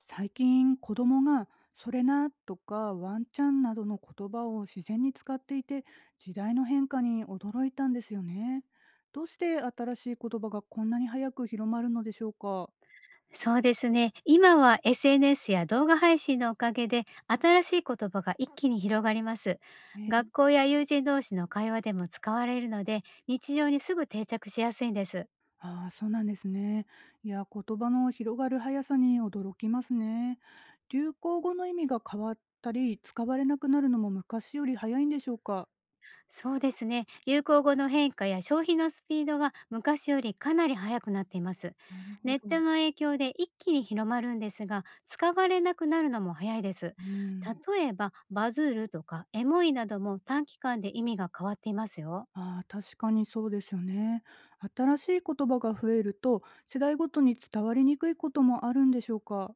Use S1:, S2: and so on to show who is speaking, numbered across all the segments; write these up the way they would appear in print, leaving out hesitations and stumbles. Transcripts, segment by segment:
S1: 最近子供が「それな」とか「ワンちゃん」などの言葉を自然に使っていて時代の変化に驚いたんですよね。どうして新しい言葉がこんなに早く広まるのでしょうか。
S2: そうですね。今は SNS や動画配信のおかげで新しい言葉が一気に広がります。学
S1: ね。
S2: 校や友人同士の会話でも使われるので日常にすぐ定着しやすいんです。
S1: ああ、そうなんですね。いや、言葉の広がる速さに驚きますね。流行語の意味が変わったり使われなくなるのも昔より早いんでしょうか。
S2: そうですね。流行語の変化や消費のスピードは昔よりかなり速くなっています。
S1: なるほ
S2: ネッ
S1: ど。
S2: トの影響で一気に広まるんですが、使われなくなるのも早いです。
S1: うん。
S2: 例えばバズールとかエモいなども短期間で意味が変わっていますよ。
S1: ああ、確かにそうですよね。新しい言葉が増えると、世代ごとに伝わりにくいこともあるんでしょうか？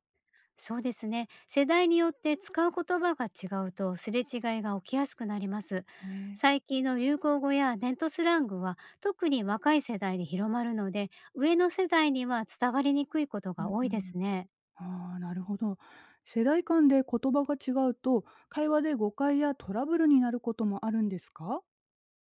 S2: そうですね。世代によって使う言葉が違うと、すれ違いが起きやすくなります。
S1: へえ。
S2: 最近の流行語やネットスラングは特に若い世代で広まるので、上の世代には伝わりにくいこと
S1: う
S2: が
S1: ん
S2: 多
S1: う
S2: いで
S1: ん。
S2: すね。
S1: ああ、なるほど。世代間で言葉が違うと、会話で誤解やトラブルになることもあるんですか？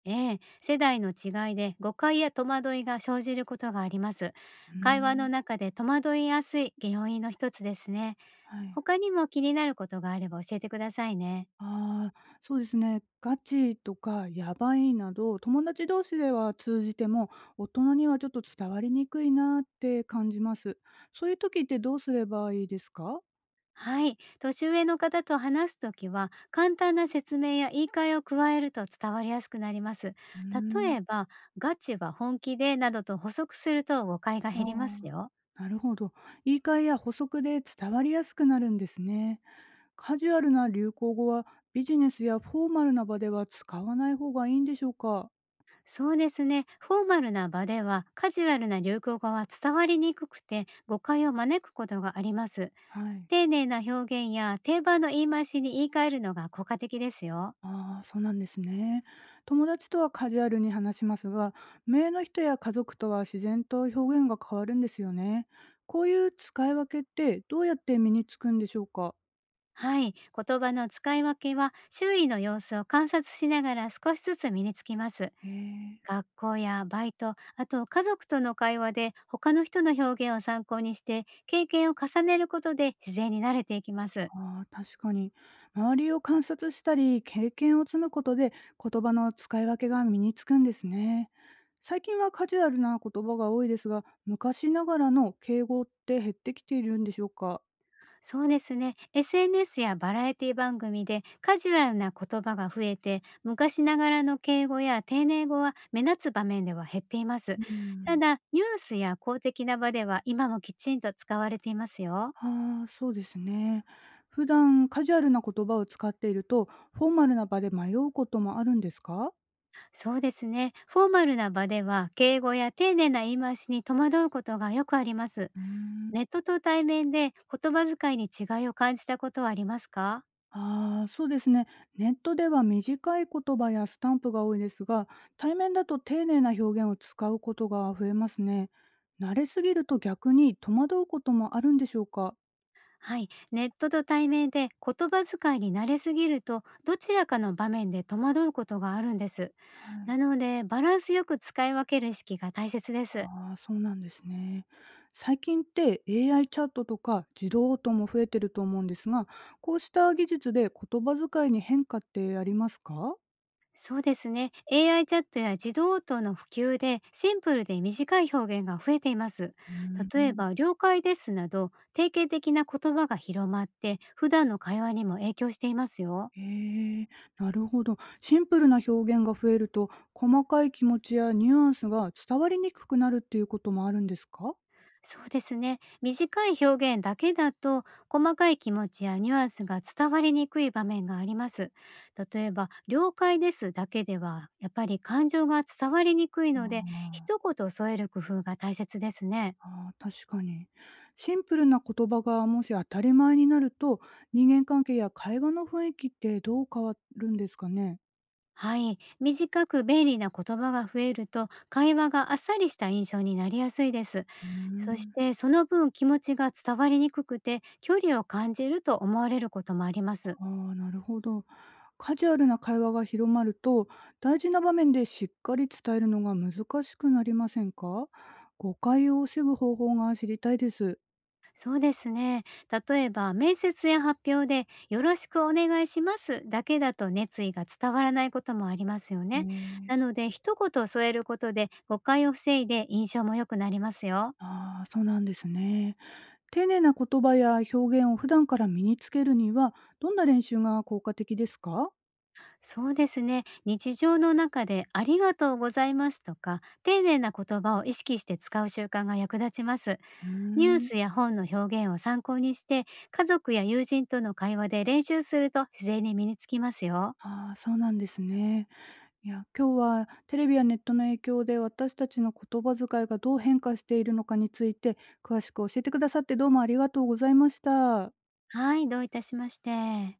S2: ええ、世代の違いで誤解や戸惑いが生じることがあります。
S1: う
S2: 会話の
S1: ん。
S2: 中で戸惑いやすい原因の一つですね。
S1: はい。
S2: 他にも気になることがあれば教えてくださいね。
S1: ああ、そうですね。ガチとかやばいなど、友達同士では通じても、大人にはちょっと伝わりにくいなって感じます。そういう時ってどうすればいいですか？
S2: はい。年上の方と話すときは、簡単な説明や言い換えを加えると伝わりやすくなります。
S1: うー
S2: 例
S1: ん、
S2: えば、ガチは本気で、などと補足すると誤解が減ります
S1: あ
S2: よ。
S1: あ、なるほど。言い換えや補足で伝わりやすくなるんですね。カジュアルな流行語はビジネスやフォーマルな場では使わない方がいいんでしょうか？
S2: そうですね。フォーマルな場では、カジュアルな流行語は伝わりにくくて、誤解を招くことがあります。
S1: はい。
S2: 丁寧な表現や定番の言い回しに言い換えるのが効果的ですよ。
S1: ああ、そうなんですね。友達とはカジュアルに話しますが、名の人や家族とは自然と表現が変わるんですよね。こういう使い分けってどうやって身につくんでしょうか？
S2: はい。言葉の使い分けは、周囲の様子を観察しながら少しずつ身につきます。
S1: へえ。
S2: 学校やバイト、あと家族との会話で他の人の表現を参考にして、経験を重ねることで自然に慣れていきます。
S1: ああ、確かに。周りを観察したり、経験を積むことで、言葉の使い分けが身につくんですね。最近はカジュアルな言葉が多いですが、昔ながらの敬語って減ってきているんでしょうか。
S2: そうですね。SNS やバラエティ番組でカジュアルな言葉が増えて、昔ながらの敬語や丁寧語は目立つ場面では減っています。
S1: うん、
S2: ただ、ニュースや公的な場では今もきちんと使われていますよ。
S1: ああ、そうですね。普段カジュアルな言葉を使っていると、フォーマルな場で迷うこともあるんですか。
S2: そうですね。フォーマルな場では敬語や丁寧な言い回しに戸惑うことがよくあります。
S1: うーん。
S2: ネットと対面で言葉遣いに違いを感じたことはありますか？
S1: ああ、そうですね。ネットでは短い言葉やスタンプが多いですが、対面だと丁寧な表現を使うことが増えますね。慣れすぎると逆に戸惑うこともあるんでしょうか。
S2: はい、ネットと対面で言葉遣いに慣れすぎると、どちらかの場面で戸惑うことがあるんです。
S1: は
S2: な
S1: い。
S2: のでバランスよく使い分ける意識が大切です。
S1: ああ、そうなんですね。最近って AI チャットとか自動音も増えてると思うんですが、こうした技術で言葉遣いに変化ってありますか。
S2: そうですね。AI チャットや自動応答の普及でシンプルで短い表現が増えています。
S1: うー
S2: 例え
S1: ん。
S2: ば、了解ですなど定型的な言葉が広まって、普段の会話にも影響していますよ。
S1: へえ、なるほど。シンプルな表現が増えると、細かい気持ちやニュアンスが伝わりにくくなるっていうこともあるんですか？
S2: そうですね。短い表現だけだと、細かい気持ちやニュアンスが伝わりにくい場面があります。例えば、了解ですだけでは、やっぱり感情が伝わりにくい
S1: あ
S2: ので、
S1: あ、
S2: 一言添える工夫が大切ですね。
S1: あー確かに。シンプルな言葉がもし当たり前になると、人間関係や会話の雰囲気ってどう変わるんですかね？
S2: はい。短く便利な言葉が増えると、会話があっさりした印象になりやすいです。
S1: うー
S2: そし
S1: ん。
S2: て、その分気持ちが伝わりにくくて、距離を感じると思われることもあります。
S1: ああ、なるほど。カジュアルな会話が広まると、大事な場面でしっかり伝えるのが難しくなりませんか？誤解を防ぐ方法が知りたいです。
S2: そうですね。例えば、面接や発表で、よろしくお願いしますだけだと、熱意が伝わらないこともありますよね。
S1: ね
S2: な
S1: え、
S2: ので、一言添えることで誤解を防いで印象も良くなりますよ。
S1: ああ、そうなんですね。丁寧な言葉や表現を普段から身につけるには、どんな練習が効果的ですか？
S2: そうですね。日常の中で、ありがとうございますとか、丁寧な言葉を意識して使う習慣が役立ちます。
S1: うー
S2: ニュー
S1: ん。
S2: スや本の表現を参考にして、家族や友人との会話で練習すると自然に身につきますよ。
S1: ああ、そうなんですね。いや、今日はテレビやネットの影響で私たちの言葉遣いがどう変化しているのかについて詳しく教えてくださってどうもありがとうございました。
S2: はい、どういたしまして。